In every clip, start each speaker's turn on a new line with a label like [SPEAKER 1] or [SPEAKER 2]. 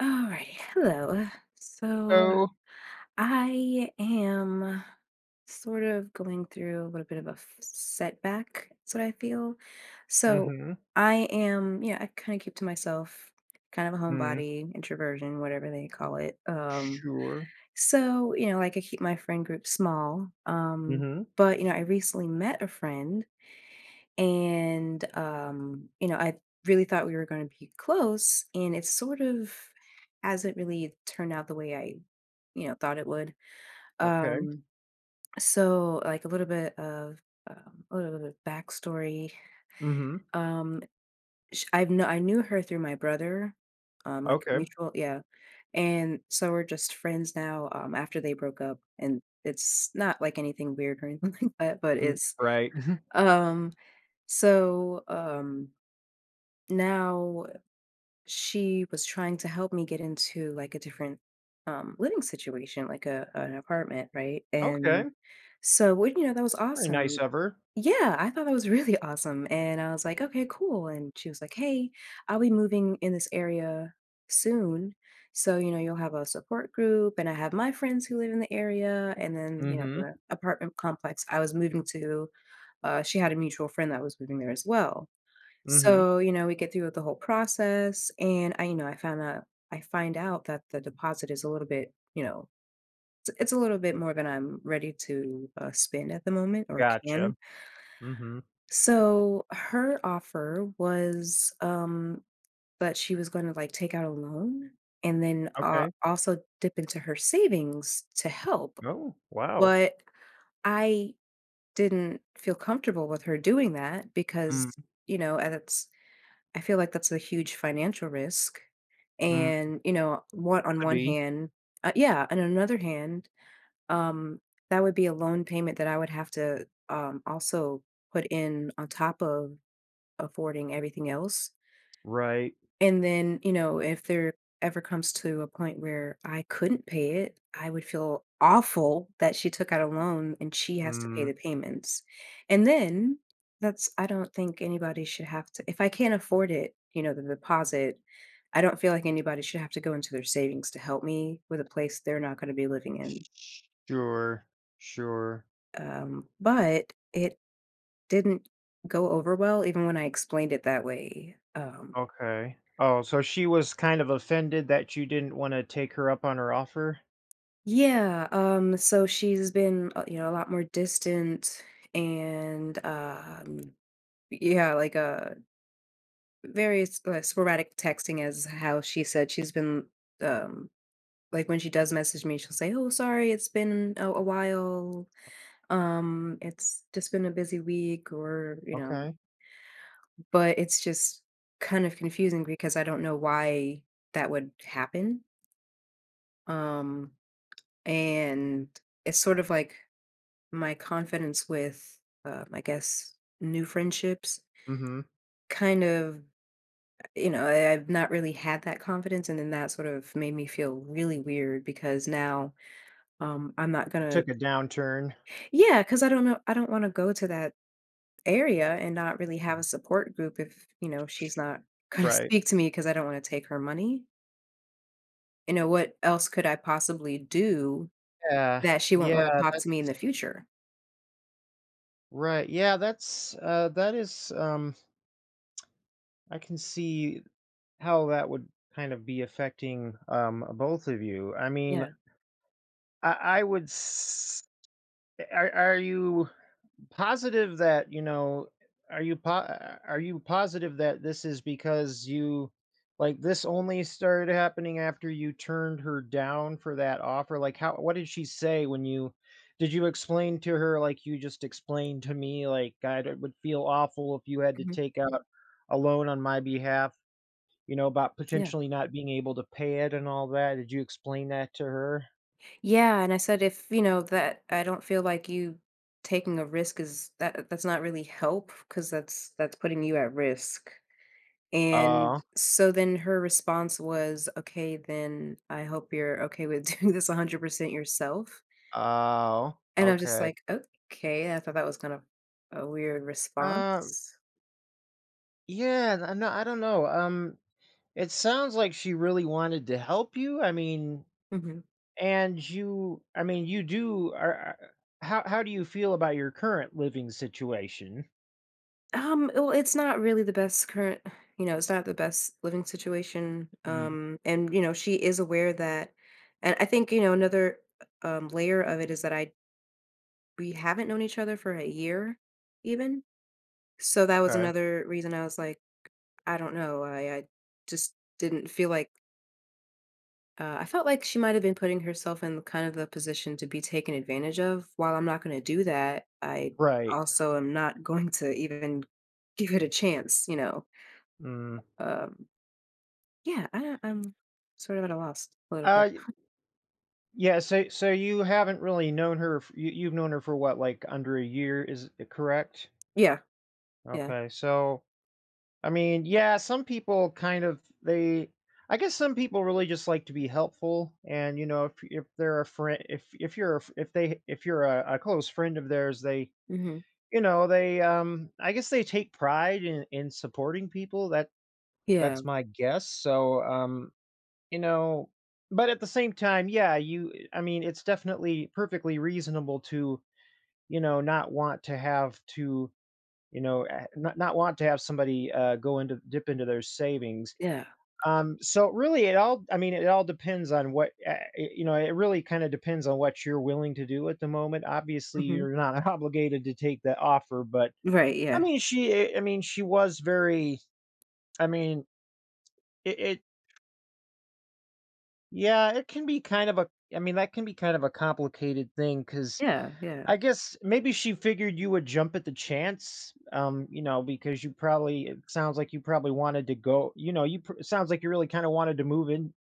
[SPEAKER 1] All right. Hello. So
[SPEAKER 2] So.
[SPEAKER 1] I am sort of going through a little bit of a setback. That's what I feel. So
[SPEAKER 2] Mhm.
[SPEAKER 1] I am, yeah, I kind of keep to myself, kind of a
[SPEAKER 2] Mm.
[SPEAKER 1] homebody, introversion, whatever they call it.
[SPEAKER 2] Sure.
[SPEAKER 1] You know, like I keep my friend group small.
[SPEAKER 2] Mhm.
[SPEAKER 1] But you know, I recently met a friend, and you know, I really thought we were going to be close, and it sort of hasn't really turned out the way I you know thought it would.
[SPEAKER 2] Okay.
[SPEAKER 1] Um so like a little bit of a little bit of backstory
[SPEAKER 2] Mm. Mhm.
[SPEAKER 1] um sh- I've kn- I knew her through my brother like
[SPEAKER 2] Okay.
[SPEAKER 1] mutual yeah and so we're just friends now after they broke up and it's not like anything weird or anything like that but
[SPEAKER 2] Mm.
[SPEAKER 1] it's
[SPEAKER 2] Right.
[SPEAKER 1] um so um Now she was trying to help me get into like a different living situation, like a an apartment, right? And
[SPEAKER 2] Okay.
[SPEAKER 1] so what, you know, that was
[SPEAKER 2] Very nice
[SPEAKER 1] awesome.
[SPEAKER 2] of her.
[SPEAKER 1] Yeah, I thought that was really awesome. And I was like, okay, cool. And she was like, hey, I'll be moving in this area soon. So, you know, you'll have a support group, and I have my friends who live in the area. And then,
[SPEAKER 2] Mm.
[SPEAKER 1] you know,
[SPEAKER 2] Mhm.
[SPEAKER 1] the apartment complex I was moving to, she had a mutual friend that was moving there as well.
[SPEAKER 2] Mm. Mhm.
[SPEAKER 1] So, you know, we get through with the whole process, and I, you know, I found out I find out that the deposit is a little bit, it's a little bit more than I'm ready to spend at the moment, or can.
[SPEAKER 2] Gotcha. Mm. Mhm.
[SPEAKER 1] So her offer was that she was going to like take out a loan, and then
[SPEAKER 2] Okay.
[SPEAKER 1] also dip into her savings to help.
[SPEAKER 2] Oh, wow.
[SPEAKER 1] But I didn't feel comfortable with her doing that, because,
[SPEAKER 2] Mm.
[SPEAKER 1] you know, that's I feel like that's a huge financial risk.
[SPEAKER 2] Mm.
[SPEAKER 1] And, you know,
[SPEAKER 2] Could
[SPEAKER 1] one
[SPEAKER 2] be.
[SPEAKER 1] hand, yeah, and on another hand, um, that would be a loan payment that I would have to also put in on top of affording everything else.
[SPEAKER 2] Right.
[SPEAKER 1] And then, you know, if there ever comes to a point where I couldn't pay it, I would feel awful that she took out a loan and she has to pay
[SPEAKER 2] Mm.
[SPEAKER 1] the payments. And then that's I don't think anybody should have to, if I can't afford it, you know, the deposit, I don't feel like anybody should have to go into their savings to help me with a place they're not going to be living in.
[SPEAKER 2] Sure. Sure.
[SPEAKER 1] But it didn't go over well even when I explained it that way.
[SPEAKER 2] Okay. Oh, so she was kind of offended that you didn't wanna take her up on her offer?
[SPEAKER 1] Yeah, so she's been, you know, a lot more distant, and yeah, like various sporadic texting is how she said she's been. um like when she does message me, she'll say, "Oh, sorry, it's been a while. It's just been a busy week, or, you know,"
[SPEAKER 2] Okay.
[SPEAKER 1] but it's just kind of confusing because I don't know why that would happen. Um, and it's sort of like my confidence with, I guess, new friendships,
[SPEAKER 2] Mm. Mhm.
[SPEAKER 1] kind of, you know, I've not really had that confidence. And then that sort of made me feel really weird, because now, I'm not going
[SPEAKER 2] It
[SPEAKER 1] to,
[SPEAKER 2] took a downturn.
[SPEAKER 1] yeah, because I don't know, I don't want to go to that area and not really have a support group if, you know, she's not going to
[SPEAKER 2] Right.
[SPEAKER 1] speak to me because I don't want to take her money. You know, what else could I possibly do
[SPEAKER 2] Yeah,
[SPEAKER 1] that she won't
[SPEAKER 2] yeah,
[SPEAKER 1] want to talk to me in the
[SPEAKER 2] that's
[SPEAKER 1] future?
[SPEAKER 2] right. Yeah, that's that is I can see how that would kind of be affecting both of you. I mean,
[SPEAKER 1] Yeah.
[SPEAKER 2] I would are you positive that, are you positive that this is because you like, this only started happening after you turned her down for that offer? Like, how what did she say when you did you explain to her like you just explained to me, like, "God, it would feel awful if you had to
[SPEAKER 1] hmm
[SPEAKER 2] take out a loan on my behalf," about
[SPEAKER 1] Yeah.
[SPEAKER 2] potentially not being able to pay it and all that? Did you explain that to her?
[SPEAKER 1] Yeah, and I said, if, you know, that I don't feel like you taking a risk is that's not really help, because that's putting you at risk. And
[SPEAKER 2] Oh,
[SPEAKER 1] so then her response was, "Okay, then I hope you're okay with doing this 100% yourself."
[SPEAKER 2] oh,
[SPEAKER 1] And I'm just
[SPEAKER 2] okay.
[SPEAKER 1] like, "Okay, I thought that was kind of a weird
[SPEAKER 2] Um.
[SPEAKER 1] response."
[SPEAKER 2] Yeah, I know I don't know. It sounds like she really wanted to help you. I mean,
[SPEAKER 1] Mm-hmm.
[SPEAKER 2] and you, I mean, you do. How do you feel about your current living situation?
[SPEAKER 1] Well, it's not really the best current, you know, it's not the best living situation.
[SPEAKER 2] Mm.
[SPEAKER 1] And you know, she is aware that, and I think you know another layer of it is that I we haven't known each other for a year, even. So that was
[SPEAKER 2] Okay.
[SPEAKER 1] another reason I was like, I don't know, I just didn't feel like. I felt like she might have been putting herself in kind of the position to be taken advantage of. While I'm not going to do that, I
[SPEAKER 2] Right.
[SPEAKER 1] also am not going to even give it a chance, you know.
[SPEAKER 2] Mm.
[SPEAKER 1] Um, Yeah, I don't I'm sort of at a loss a little bit.
[SPEAKER 2] Uh, y- yeah. So you haven't really known her. You've known her for what, like under a year? Is it correct?
[SPEAKER 1] Yeah, yeah.
[SPEAKER 2] Okay, so I mean, yeah, some people kind of they, I guess, some people really just like to be helpful, and you know, if they're a friend, if you're a if you're a close friend of theirs, they,
[SPEAKER 1] Mhm.
[SPEAKER 2] they, I guess they take pride in supporting people. That,
[SPEAKER 1] Yeah,
[SPEAKER 2] that's my guess, so you know but at the same time, yeah, you I mean, it's definitely perfectly reasonable to, not want to have to, not want to have somebody go into dip into their savings,
[SPEAKER 1] yeah.
[SPEAKER 2] so really it all, I mean, it all depends on what, you know, it really kind of depends on what you're willing to do at the moment. Obviously,
[SPEAKER 1] Mhm.
[SPEAKER 2] you're not obligated to take that offer, but
[SPEAKER 1] Right,
[SPEAKER 2] I
[SPEAKER 1] yeah.
[SPEAKER 2] mean, I mean, she was very, I mean, it yeah, it can be kind of a, I mean, that can be kind of a complicated thing cuz
[SPEAKER 1] Yeah, yeah.
[SPEAKER 2] I guess maybe she figured you would jump at the chance. You know, because you probably, it sounds like you probably wanted to go, you know, you it sounds like you really kind of wanted to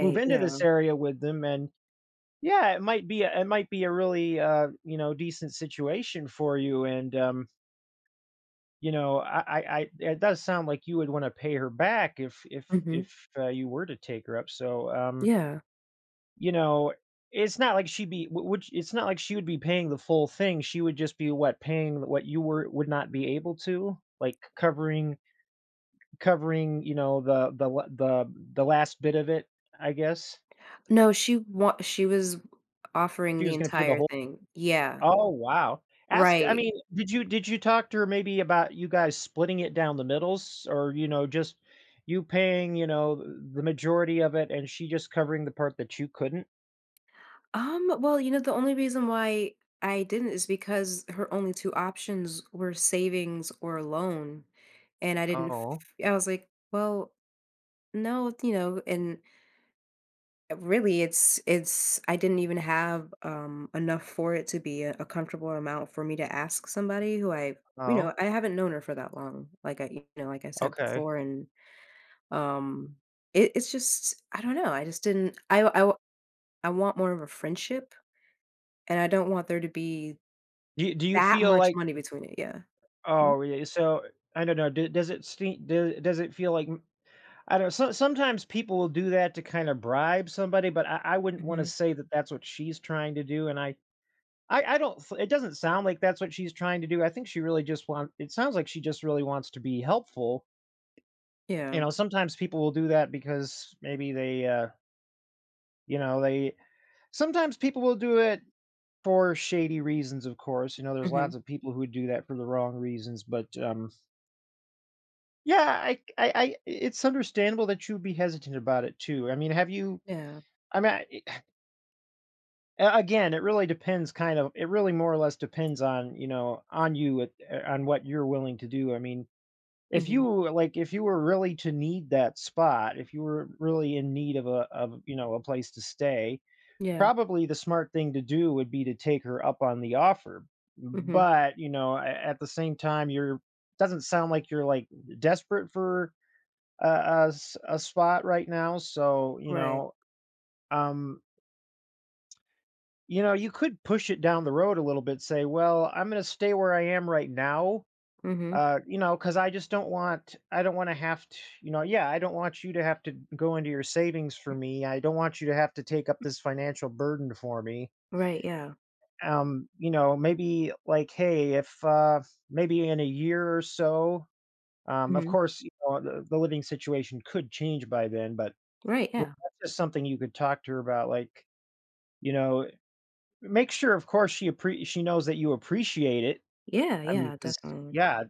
[SPEAKER 2] move into
[SPEAKER 1] yeah.
[SPEAKER 2] this area with them. And yeah, it might be a really, you know, decent situation for you, and, you know, I it does sound like you would wanna pay her back if,
[SPEAKER 1] Mhm.
[SPEAKER 2] you were to take her up, so,
[SPEAKER 1] Yeah.
[SPEAKER 2] you know, it's not like she would be paying the full thing, she would just be, what, paying what you were would not be able to? Like, covering, you know, the la the last bit of it, I guess?
[SPEAKER 1] No, she was offering
[SPEAKER 2] She
[SPEAKER 1] the
[SPEAKER 2] was gonna pay the
[SPEAKER 1] entire
[SPEAKER 2] whole
[SPEAKER 1] thing. Yeah,
[SPEAKER 2] Oh, wow. Ask I
[SPEAKER 1] right.
[SPEAKER 2] mean, did you talk to her maybe about you guys splitting it down the middles, or, you know, just you paying, you know, the majority of it and she just covering the part that you couldn't?
[SPEAKER 1] Well, you know, the only reason why I didn't is because her only 2 options were savings or loan, and I didn't f
[SPEAKER 2] Oh,
[SPEAKER 1] I was like, "Well, no," you know, and really, it's I didn't even have, enough for it to be a comfortable amount for me to ask somebody who I you know,
[SPEAKER 2] oh,
[SPEAKER 1] I haven't known her for that long, like I you know, like I said
[SPEAKER 2] okay.
[SPEAKER 1] before, and, um, it's just I don't know, I just didn't I w I want more of a friendship, and I don't want there to be
[SPEAKER 2] Do you
[SPEAKER 1] that
[SPEAKER 2] feel
[SPEAKER 1] much
[SPEAKER 2] like,
[SPEAKER 1] money between it, yeah. Mhm.
[SPEAKER 2] oh, yeah, so I don't know, do does it feel like I don't know? So sometimes people will do that to kinda bribe somebody, but I wouldn't
[SPEAKER 1] Mhm.
[SPEAKER 2] wanna
[SPEAKER 1] Mhm.
[SPEAKER 2] say that that's what she's trying to do, and I don't it doesn't sound like that's what she's trying to do. I think she really just want it sounds like she just really wants to be helpful. You
[SPEAKER 1] Yeah.
[SPEAKER 2] know, sometimes people will do that because maybe they, you know, they sometimes people will do it for shady reasons, of course. You know, there's
[SPEAKER 1] Mhm.
[SPEAKER 2] lots of people who do that for the wrong reasons, but, yeah, I it's understandable that you'd be hesitant about it too. I mean, have you
[SPEAKER 1] Yeah.
[SPEAKER 2] I mean, I, a again, it really depends kind of, it really more or less depends on, you know, on you, on what you're willing to do. I mean, if
[SPEAKER 1] Mhm.
[SPEAKER 2] you were like, if you were really to need that spot, if you were really in need of a of, you know, a place to stay,
[SPEAKER 1] Yeah.
[SPEAKER 2] probably the smart thing to do would be to take her up on the offer.
[SPEAKER 1] Mhm.
[SPEAKER 2] But, you know, a at the same time, you're doesn't sound like you're, like, desperate for a spot right now, so, you
[SPEAKER 1] Right.
[SPEAKER 2] know, um, you know, you could push it down the road a little bit, say, "Well, I'm gonna stay where I am right now.
[SPEAKER 1] Mhm.
[SPEAKER 2] You know, cause I just don't want I don't wanna have to, you know, yeah, I don't want you to have to go into your savings for me. I don't want you to have to take up this financial burden for me.
[SPEAKER 1] Right, yeah.
[SPEAKER 2] You know, maybe like, hey, if, maybe in a year or so, of
[SPEAKER 1] Mhm.
[SPEAKER 2] course, you know, the living situation could change by then, but,
[SPEAKER 1] Right,
[SPEAKER 2] you know,
[SPEAKER 1] yeah.
[SPEAKER 2] that's just something you could talk to her about, like, you know, make sure, of course, she appre she knows that you appreciate it."
[SPEAKER 1] Yeah,
[SPEAKER 2] I mean,
[SPEAKER 1] yeah,
[SPEAKER 2] 'cause
[SPEAKER 1] definitely.
[SPEAKER 2] yeah,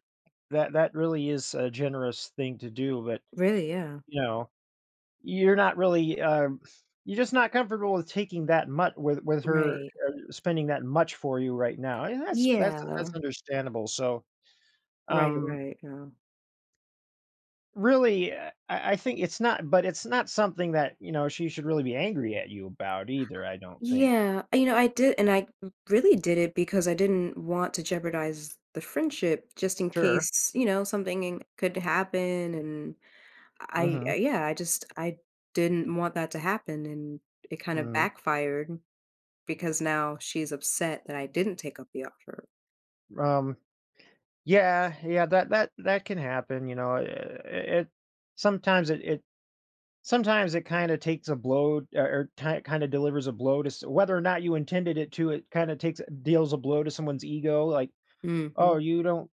[SPEAKER 2] that really is a generous thing to do, but
[SPEAKER 1] Really, yeah.
[SPEAKER 2] you know, you're not really, you're just not comfortable with taking that much with her,
[SPEAKER 1] Right.
[SPEAKER 2] spending that much for you right now, and that's
[SPEAKER 1] Yeah.
[SPEAKER 2] understandable, so,
[SPEAKER 1] Right,
[SPEAKER 2] um,
[SPEAKER 1] right, yeah.
[SPEAKER 2] really, I think it's not something that, you know, she should really be angry at you about either, I don't think.
[SPEAKER 1] Yeah, you know, I did, and I really did it because I didn't want to jeopardize the friendship just in
[SPEAKER 2] Sure.
[SPEAKER 1] case, you know, could happen, and
[SPEAKER 2] Mhm.
[SPEAKER 1] yeah, I just I didn't want that to happen, and it kind of
[SPEAKER 2] Mhm.
[SPEAKER 1] backfired. Because now she's upset that I didn't take up the offer.
[SPEAKER 2] um, yeah, yeah, that can happen, you know, I it sometimes, it sometimes it kinda takes a blow, or kinda delivers a blow to s whether or not you intended it to, it kinda takes deals a blow to someone's ego, like,
[SPEAKER 1] Mhm.
[SPEAKER 2] "Oh, you don't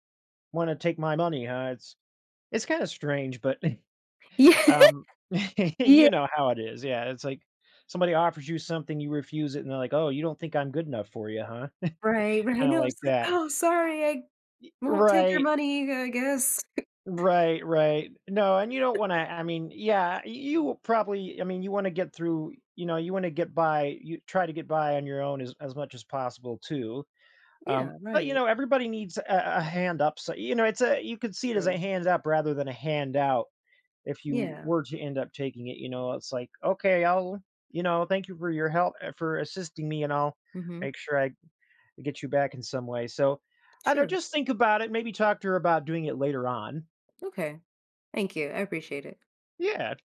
[SPEAKER 2] wanna take my money, huh?" It's kinda strange, but,
[SPEAKER 1] Yeah,
[SPEAKER 2] um,
[SPEAKER 1] yeah.
[SPEAKER 2] you know how it is, yeah, it's like somebody offers you something, you refuse it, and they're like, "Oh, you don't think I'm good enough for you, huh?"
[SPEAKER 1] Right, right,
[SPEAKER 2] Kinda
[SPEAKER 1] no,
[SPEAKER 2] like
[SPEAKER 1] it's like,
[SPEAKER 2] that.
[SPEAKER 1] "Oh, sorry, I won't take your
[SPEAKER 2] Right.
[SPEAKER 1] money, I guess."
[SPEAKER 2] Right, right. No, and you don't wanna I mean, yeah, y you will probably, I mean, you wanna get through you know, you wanna get by, you try to get by on your own as much as possible too.
[SPEAKER 1] Yeah,
[SPEAKER 2] But, you
[SPEAKER 1] right,
[SPEAKER 2] know, everybody needs a hand up, so you know, it's a you could see it as a
[SPEAKER 1] true.
[SPEAKER 2] hand up rather than a handout if you
[SPEAKER 1] Yeah,
[SPEAKER 2] were to end up taking it, you know, it's like, "Okay, I'll you know, thank you for your help, for assisting me, and I'll
[SPEAKER 1] mhm,
[SPEAKER 2] make sure I get you back in some way." So, I don't know,
[SPEAKER 1] true.
[SPEAKER 2] just think about it, maybe talk to her about doing it later on.
[SPEAKER 1] Okay, thank you, I appreciate it.
[SPEAKER 2] Yeah.